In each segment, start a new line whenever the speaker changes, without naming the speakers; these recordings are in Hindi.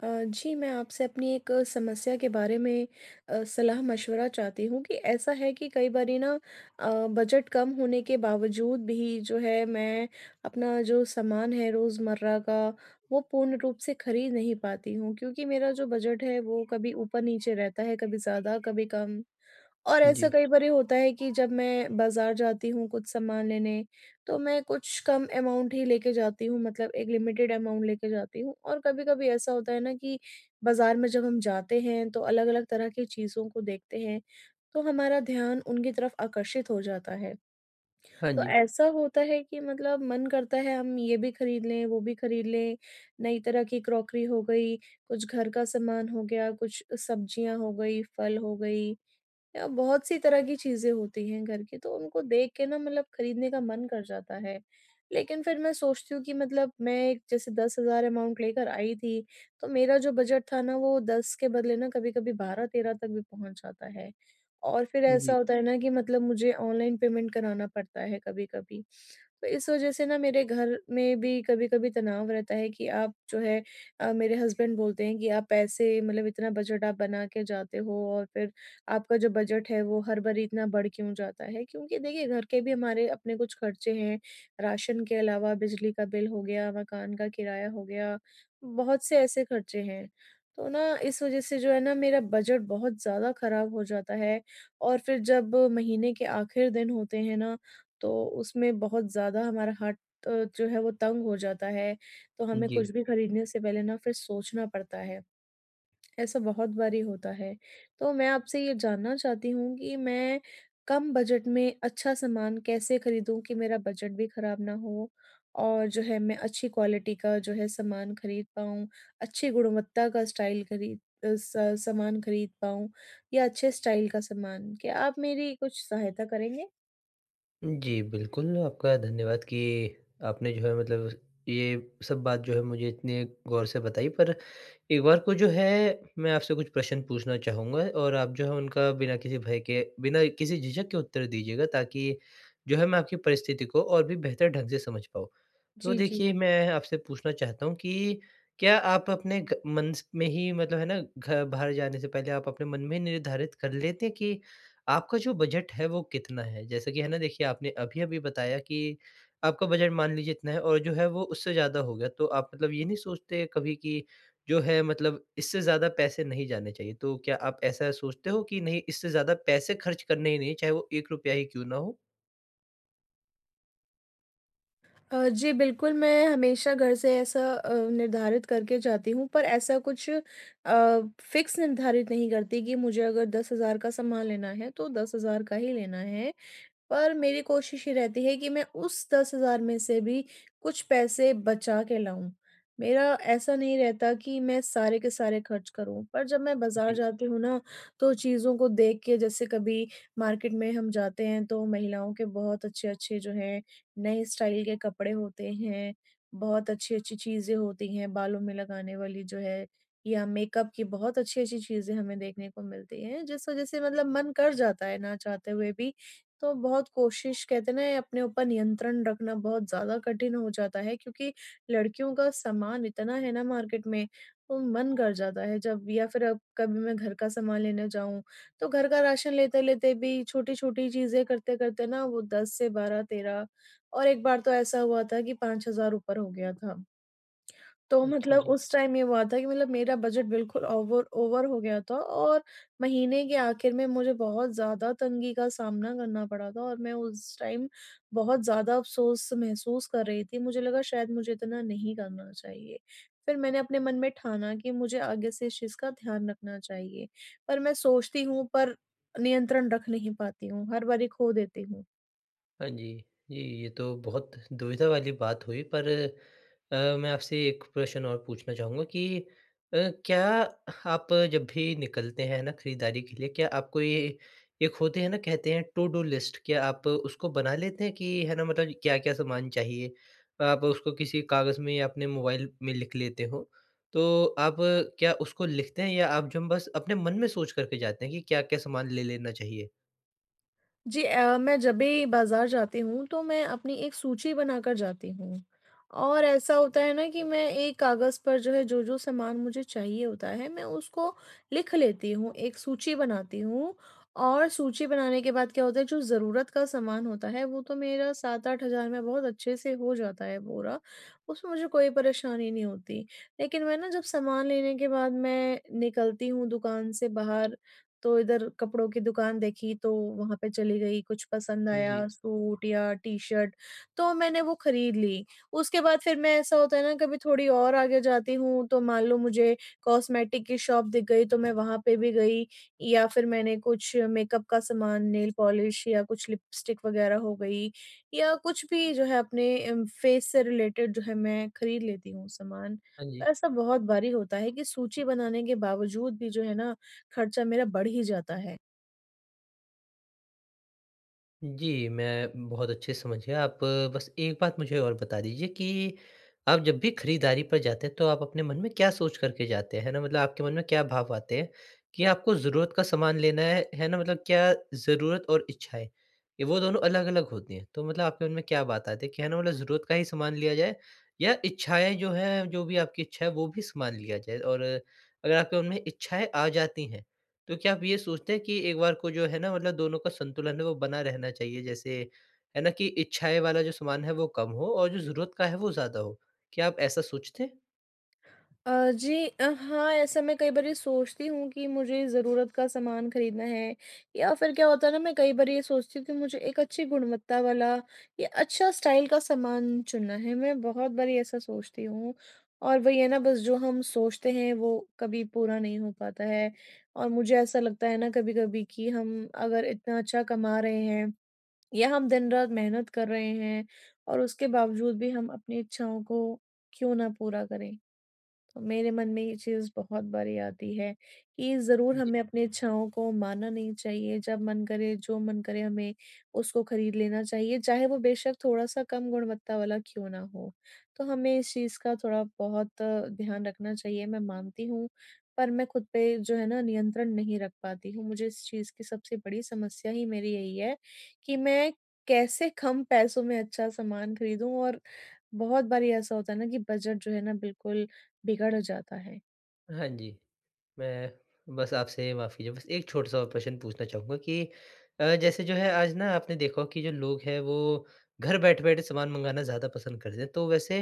जी, मैं आपसे अपनी एक समस्या के बारे में सलाह-मशवरा चाहती हूँ कि ऐसा है कि कई बारी ना अ, बजट कम होने के बावजूद भी जो है मैं अपना जो सामान है रोज़मर्रा का, वो पूर्ण रूप से खरीद नहीं पाती हूँ क्योंकि मेरा जो बजट है वो कभी ऊपर-नीचे रहता है, कभी ज़्यादा, कभी कम। और
जी।
ऐसा कई बारी होता है कि जब मैं बाज़ार जाती हूँ कुछ सामान लेने, तो मैं कुछ कम अमाउंट ही लेके जाती हूँ मतलब एक लिमिटेड अमाउंट लेके जाती हूँ और कभी-कभी ऐसा होता है ना कि बाज़ार में जब हम जाते हैं तो अलग-अलग तरह की चीज़ों को देखते हैं, तो हमारा ध्यान उनकी तरफ आकर्षित हो जाता है।
हाँ
तो
जी।
ऐसा होता है कि मतलब मन करता है हम ये भी खरीद लें, वो भी खरीद लें, नई तरह की क्रॉकरी हो गई, कुछ घर का सामान हो गया, कुछ सब्जियाँ हो गई, फल हो गई। या बहुत सी तरह की चीज़ें होती हैं घर की, तो उनको देख के ना मतलब खरीदने का मन कर जाता है। लेकिन फिर मैं सोचती हूँ कि मतलब मैं एक जैसे 10,000 अमाउंट लेकर आई थी, तो मेरा जो बजट था ना वो 10 के बदले ना कभी-कभी 12-13 तक भी पहुँच जाता है। और फिर
जी,
ऐसा होता है ना कि मतलब मुझे ऑनलाइन पेमेंट कराना पड़ता है कभी-कभी। तो इस वज़ह से ना मेरे घर में भी कभी-कभी तनाव रहता है कि आप जो है मेरे हस्बैंड बोलते हैं कि आप पैसे मतलब इतना बजट आप बना के जाते हो और फिर आपका जो बजट है वो हर बार इतना बढ़ क्यों जाता है? क्योंकि देखिए घर के भी हमारे अपने कुछ खर्चे हैं, राशन के अलावा बिजली का बिल हो गया, मकान का किराया हो गया, बहुत से ऐसे खर्चे हैं। तो ना इस वज़ह से जो है ना मेरा बजट बहुत ज़्यादा ख़राब हो जाता है और फिर जब महीने के आखिर दिन होते हैं ना, तो उसमें बहुत ज़्यादा हमारा हाथ जो है वो तंग हो जाता है, तो हमें
जी।
कुछ भी खरीदने से पहले ना फिर सोचना पड़ता है। ऐसा बहुत बारी होता है। तो मैं आपसे ये जानना चाहती हूँ कि मैं कम बजट में अच्छा सामान कैसे खरीदूँ कि मेरा बजट भी खराब ना हो और जो है मैं अच्छी क्वालिटी का जो है सामान खरीद पाऊँ, अच्छी गुणवत्ता का स्टाइल खरीद, अ, स सामान खरीद पाऊँ या अच्छे स्टाइल का सामान। क्या आप मेरी कुछ सहायता करेंगे?
जी, बिल्कुल, आपका धन्यवाद कि आपने जो है मतलब ये सब बात जो है मुझे इतने गौर से बताई। पर एक बार को जो है मैं आपसे कुछ प्रश्न पूछना चाहूँगा और आप जो है उनका बिना किसी भय के, बिना किसी झिझक के उत्तर दीजिएगा ताकि जो है मैं आपकी परिस्थिति को और भी बेहतर ढंग से समझ पाऊँ। तो
जी, जी।
देखिए मैं आपसे पूछना चाहता हूँ कि क्या आप अपने घ मन स में ही मतलब है ना, घ बाहर जाने से पहले आप अपने मन में निर्धारित कर लेते हैं कि आपका जो बजट है वो कितना है? जैसे कि है ना देखिए आपने अभी-अभी बताया कि आपका बजट मान लीजिए इतना है और जो है वो उससे ज़्यादा हो गया। तो आप मतलब ये नहीं सोचते कभी कि जो है मतलब इससे ज़्यादा पैसे नहीं जाने चाहिए? तो क्या आप ऐसा सोचते हो कि नहीं इससे ज़्यादा पैसे खर्च करने ही नहीं, चाहे वो 1 रुपया ही क्यों ना हो?
जी बिल्कुल, मैं हमेशा घर से ऐसा निर्धारित करके जाती हूँ पर ऐसा कुछ फ़िक्स निर्धारित नहीं करती कि मुझे अगर 10,000 का सामान लेना है, तो 10,000 का ही लेना है। पर मेरी कोशिश ये रहती है कि मैं उस 10,000 में से भी कुछ पैसे बचा के लाऊँ। मेरा ऐसा नहीं रहता कि मैं सारे के सारे खर्च करूँ, पर जब मैं बाज़ार
जी।
जाती हूँ ना, तो चीज़ों को देख के जैसे कभी मार्केट में हम जाते हैं तो महिलाओं के बहुत अच्छे-अच्छे जो हैं, नए स्टाइल के कपड़े होते हैं, बहुत अच्छी-अच्छी चीज़ें होती हैं बालों में लगाने वाली जो है या मेकअप की बहुत अच्छी-अच्छी चीज़ें हमें देखने को मिलती हैं, जिस वज़ह से मतलब मन कर जाता है ना चाहते हुए भी तो बहुत कोशिश कहते हैं ना ये अपने ऊपर नियंत्रण रखना बहुत ज़्यादा कठिन हो जाता है क्योंकि लड़कियों का सामान इतना है ना मार्केट में, तो मन कर जाता है जब या फिर अब कभी मैं घर का सामान लेने जाऊँ, तो घर का राशन लेते-लेते भी छोटी-छोटी चीज़ें करते-करते ना वो 10 से 12, 13 और एक बार तो ऐसा हुआ था कि 5,000 ऊपर हो गया था। तो
अच्छा
मतलब
जी।
उस टाइम ये हुआ था कि मतलब मेरा बजट बिल्कुल ओवर ओवर हो गया था और महीने के आखिर में मुझे बहुत ज़्यादा तंगी का सामना करना पड़ा था और मैं उस टाइम बहुत ज़्यादा अफ़सोस महसूस कर रही थी। मुझे लगा शायद मुझे इतना नहीं करना चाहिए। फिर मैंने अपने मन में ठाना कि मुझे आगे से इस चीज़ का ध्यान रखना चाहिए। पर मैं सोचती हूँ पर नियंत्रण रख नहीं पाती हूँ, हर बारी खो देती हूँ।
हाँ जी। जी, ये तो बहुत दुविधा वाली बात हुई पर मैं आपसे एक प्रश्न और पूछना चाहूँगा कि अ, क्या आप जब भी निकलते हैं ना खरीदारी के लिए, क्या आपको ये एक होते हैं ना कहते हैं टू डू लिस्ट क्या आप उसको बना लेते हैं कि है ना मतलब क्या-क्या सामान चाहिए? आप उसको किसी कागज़ में या अपने मोबाइल में लिख लेते हो? तो आप क्या उसको लिखते हैं या आप जम बस अपने मन में सोच कर के जाते हैं कि क्या-क्या सामान ले लेना चाहिए?
जी, मैं जब भी बाज़ार जाती हूँ, तो मैं अपनी एक सूची बनाकर जाती हूँ और ऐसा होता है ना कि मैं एक कागज़ पर जो है जो-जो सामान मुझे चाहिए होता है, मैं उसको लिख लेती हूँ, एक सूची बनाती हूँ और सूची बनाने के बाद क्या होता है, जो ज़रूरत का सामान होता है, वो तो मेरा 7-8 हज़ार में बहुत अच्छे से हो जाता है पूरा, उसमें मुझे कोई परेशानी नहीं होती। लेकिन मैं ना जब सामान लेने के बाद मैं निकलती हूँ दुकान से बाहर तो इधर कपड़ों की दुकान देखी, तो वहाँ पे चली गई, कुछ पसंद
जी।
आया सूट या टी-शर्ट तो मैंने वो खरीद ली। उसके बाद फिर मैं ऐसा होता है ना कभी थोड़ी और आगे जाती हूँ, तो मान लो मुझे कॉस्मेटिक की शॉप दिख गई तो मैं वहाँ पे भी गई या फिर मैंने कुछ मेकअप का सामान, नेल पॉलिश या कुछ लिपस्टिक वगैरह हो गई या कुछ भी जो है अपने फेस से रिलेटेड जो है मैं खरीद लेती हूँ सामान।
हाँ जी।
ऐसा बहुत बारी होता है कि सूची बनाने के बावजूद भी जो है ना खर्चा मेरा बढ़ ही जाता है।
जी, मैं बहुत अच्छे से समझ गया। आप बस एक बात मुझे और बता दीजिए कि आप जब भी खरीदारी पर जाते हैं, तो आप अपने मन में क्या सोच कर के जाते हैं? है ना? मतलब आपके मन में क्या भाव आते हैं कि आपको ज़रूरत का सामान लेना है ना? मतलब क्या ज़रूरत और इच्छाएँ, ये वो दोनों अलग-अलग होती हैं। तो मतलब आपके मन में क्या बात आती है कि है ना, मतलब ज़रूरत का ही सामान लिया जाए या इच्छाएँ जो हैं, जो भी आपकी इच्छा है, वो भी सामान लिया जाए? और अगर आपके मन में इच्छाएँ आ जाती हैं, तो क्या आप ये सोचते हैं कि एक बार को जो है ना मतलब दोनों का संतुलन है वो बना रहना चाहिए जैसे है ना कि इच्छाएँ वाला जो सामान है वो कम हो और जो ज़रूरत का है वो ज़्यादा हो। क्या आप ऐसा सोचते हैं?
जी, हाँ, ऐसा मैं कई बार ये सोचती हूँ कि मुझे ज़रूरत का सामान खरीदना है या फिर क्या होता है ना मैं कई बार ये सोचती हूँ कि मुझे एक अच्छी गुणवत्ता वाला या अच्छा स्टाइल का सामान चुनना है। मैं बहुत बारी ऐसा सोचती हूँ और वही है ना बस जो हम सोचते हैं वो कभी पूरा नहीं हो पाता है और मुझे ऐसा लगता है ना कभी-कभी कि हम अगर इतना अच्छा कमा रहे हैं या हम दिन-रात मेहनत कर रहे हैं और उसके बावजूद भी हम अपनी इच्छाओं को क्यों ना पूरा करें। तो मेरे मन में ये चीज़ बहुत बारी आती है कि ज़रूर
जी।
हमें अपनी इच्छाओं को मारना नहीं चाहिए। जब मन करे, जो मन करे हमें उसको खरीद लेना चाहिए, चाहे वो बेशक थोड़ा-सा कम गुणवत्ता वाला क्यों ना हो। तो हमें इस चीज़ का थोड़ा बहुत ध्यान रखना चाहिए, मैं मानती हूँ। पर मैं खुद पे जो है ना नियंत्रण नहीं रख पाती हूँ। मुझे इस चीज़ की सबसे बड़ी समस्या ही मेरी यही है कि मैं कैसे कम पैसों में अच्छा सामान खरीदूँ और बहुत बारी ऐसा होता है ना कि बजट जो है ना बिल्कुल बिगड़ जाता है।
हाँ जी। मैं बस आपसे माफ़ कीजिए, बस एक छोटा-सा और प्रश्न पूछना चाहूँगा कि जैसे जो है आज ना आपने देखा हो कि जो लोग हैं वो घर बैठे-बैठे सामान मँगाना ज़्यादा पसंद करते हैं। तो वैसे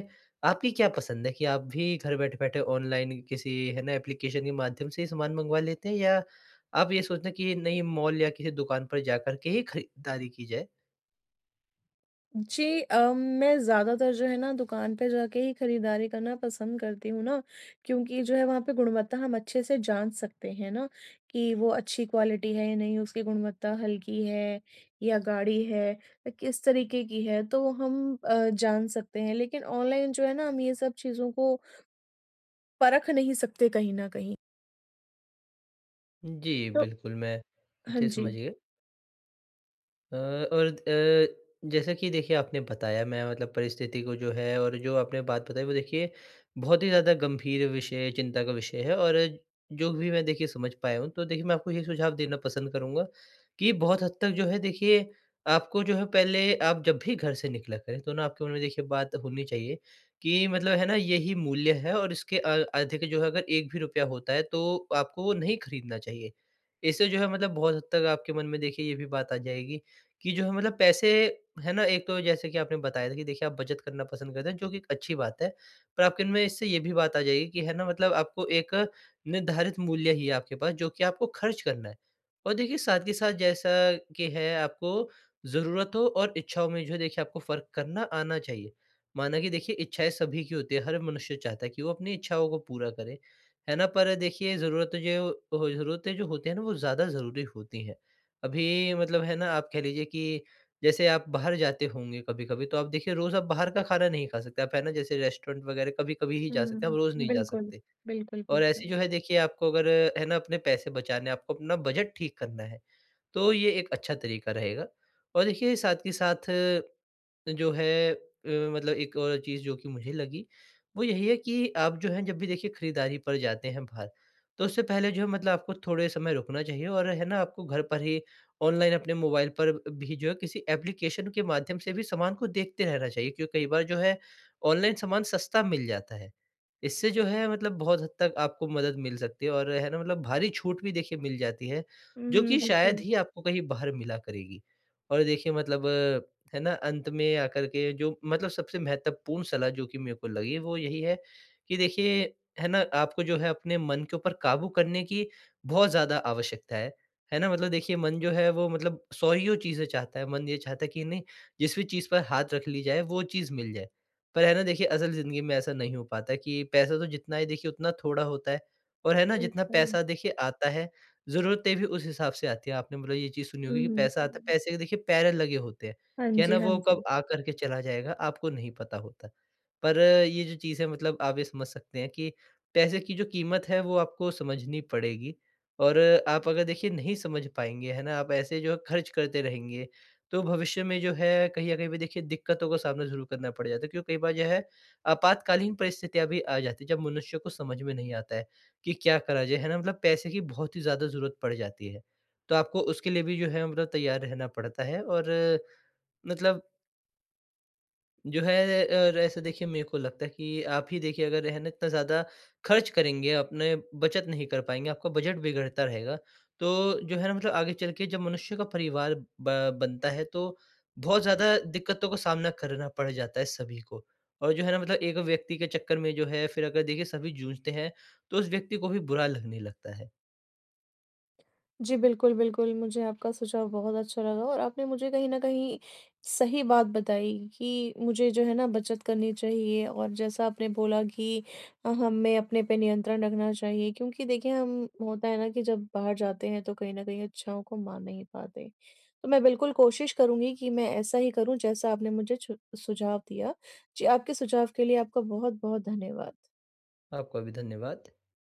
आपकी क्या पसंद है कि आप भी घर बैठे-बैठे ऑनलाइन किसी है ना एप्लीकेशन के माध्यम से ही सामान मँगवा लेते हैं या आप ये सोचते हैं कि नहीं मॉल या किसी दुकान पर जाकर के ही खरीदारी की जाए?
जी, मैं ज़्यादातर जो है ना दुकान पे जाके ही खरीदारी करना पसंद करती हूँ ना, क्योंकि जो है वहाँ पे गुणवत्ता हम अच्छे से जान सकते हैं ना, कि वो अच्छी क्वालिटी है या नहीं, उसकी गुणवत्ता हल्की है या गाढ़ी है, किस तरीके की है तो हम जान सकते हैं। लेकिन ऑनलाइन जो है ना हम ये सब चीज़ों को परख नहीं सकते कहीं न कहीं।
जी,
तो
बिल्कुल मैं
हाँ
अच्छे से
जी।
समझ गया। और जैसा कि देखिए आपने बताया मैं मतलब परिस्थिति को जो है और जो आपने बात बताई वो देखिए बहुत ही ज़्यादा गंभीर विषय चिंता का विषय है और जो भी मैं देखिए समझ पाया हूँ तो देखिए मैं आपको ये सुझाव देना पसंद करूँगा कि बहुत हद तक जो है देखिए आपको जो है पहले आप जब भी घर से निकला करें तो ना आपके मन में देखिए बात होनी चाहिए कि मतलब है ना यही मूल्य है और इसके अधिक जो है अगर एक भी रुपया होता है तो आपको वो नहीं खरीदना चाहिए। इससे जो है मतलब बहुत हद तक आपके मन में देखिए ये भी बात आ जाएगी कि जो है मतलब पैसे है ना, एक तो जैसे कि आपने बताया था कि देखिए आप बचत करना पसंद करते हैं, जो कि एक अच्छी बात है। पर आपके इनमें इससे ये भी बात आ जाएगी कि है ना, मतलब आपको एक निर्धारित मूल्य ही है आपके पास, जो कि आपको खर्च करना है। और देखिए साथ के साथ जैसा कि है आपको ज़रूरतों और इच्छाओं में जो है देखिए आपको फ़र्क करना आना चाहिए। माना कि देखिए इच्छाएँ सभी की होती है, हर मनुष्य चाहता है कि वो अपनी इच्छाओं को पूरा करे। है ना? पर देखिए ज़रूरतें जो होती हैं ना, वो ज़्यादा ज़रूरी होती हैं। अभी मतलब है ना आप कह लीजिए कि जैसे आप बाहर जाते होंगे कभी-कभी तो आप देखिए रोज़ आप बाहर का खाना नहीं खा सकते। आप है ना जैसे रेस्टोरेंट वग़ैरह कभी-कभी ही जा सकते हैं, आप
हुँ,
रोज़ नहीं जा
बिल्कुल।
सकते।
बिल्कुल,
और ऐसे
बिल्कुल।
जो है देखिए आपको अगर है ना अपने पैसे बचाने हैं, आपको अपना बजट ठीक करना है, तो ये एक अच्छा तरीका रहेगा। और देखिए साथ के साथ जो है मतलब एक और चीज़ जो कि मुझे लगी, वो यही है कि आप जो है जब भी देखिए खरीदारी पर जाते हैं बाहर, तो उससे पहले जो है मतलब आपको थोड़े समय रुकना चाहिए और है ना आपको घर पर ही ऑनलाइन अपने मोबाइल पर भी जो है किसी एप्लीकेशन के माध्यम से भी सामान को देखते रहना चाहिए क्योंकि कई बार जो है ऑनलाइन सामान सस्ता मिल जाता है। इससे जो है मतलब बहुत हद तक आपको मदद मिल सकती है और है ना मतलब भारी छूट भी देखिए मिल जाती है
हुँ,
जो कि
हुँ,
शायद
बिल्कुल,
ही आपको कहीं बाहर मिला करेगी। और देखिए मतलब है ना अंत में आकर के जो मतलब सबसे महत्वपूर्ण सलाह जो कि मेरे को लगी वो यही है कि देखिए है ना आपको जो है अपने मन के ऊपर काबू करने की बहुत ज़्यादा आवश्यकता है। है ना? मतलब देखिए मन जो है वो मतलब 100 चीज़ें चाहता है। मन ये चाहता है कि नहीं जिस भी चीज़ पर हाथ रख ली जाए वो चीज़ मिल जाए। पर है ना देखिए असल ज़िंदगी में ऐसा नहीं हो पाता कि पैसा तो जितना है देखिए उतना थोड़ा होता है और है ना जितना
बिल्कुल।
पैसा देखिए आता है ज़रूरतें भी उस हिसाब से आती हैं। आपने बोला ये चीज़ सुनी होगी कि
हुँ,
पैसा आता है,
हुँ।
पैसे के देखिए पैरे लगे होते हैं,
हाँ
क्या है
जी,
ना
हाँ
वो कब
जी।
आ कर के चला जाएगा आपको नहीं पता होता। पर ये जो चीज़ है मतलब आप ये समझ सकते हैं कि पैसे की जो कीमत है वो आपको समझनी पड़ेगी और आप अगर देखिए नहीं समझ पाएँगे, है ना? आप ऐसे जो है खर्च करते रहेंगे, तो भविष्य में जो है कहीं न कहीं पे देखिए दिक्कतों का सामना ज़रूर करना पड़ जाता है क्योंकि कई बार जो है आपातकालीन परिस्थितियाँ भी आ जाती हैं, जब मनुष्य को समझ में नहीं आता है। कि क्या करा जाए, है ना? मतलब पैसे की बहुत ही ज़्यादा ज़रूरत पड़ जाती है। तो आपको उसके लिए भी जो है मतलब तैयार रहना पड़ता है और मतलब जो है ऐसे देखिए मेरे को लगता है कि आप ही देखिए अगर है ना इतना ज़्यादा खर्च करेंगे, अपने बचत नहीं कर पाएँगे, आपका बजट बिगड़ता रहेगा। तो जो है ना मतलब आगे चल के जब मनुष्य का परिवार ब बनता है तो बहुत ज़्यादा दिक्कतों का सामना करना पड़ जाता है सभी को। और जो है ना मतलब एक व्यक्ति के चक्कर में जो है फिर अगर देखिए सभी जूझते हैं, तो उस व्यक्ति को भी बुरा लगने लगता है।
जी, बिल्कुल, बिल्कुल, मुझे आपका सुझाव बहुत अच्छा लगा और आपने मुझे कहीं न कहीं सही बात बताई कि मुझे जो है ना बचत करनी चाहिए और जैसा आपने बोला कि हमें अपने पे नियंत्रण रखना चाहिए क्योंकि देखिए हम होता है ना कि जब बाहर जाते हैं तो कहीं न कहीं इच्छाओं को मान नहीं पाते। तो मैं बिल्कुल कोशिश करूँगी कि मैं ऐसा ही करूँ जैसा आपने मुझे छु सुझाव दिया। जी, आपके सुझाव के लिए आपका बहुत-बहुत धन्यवाद।
आपका भी धन्यवाद।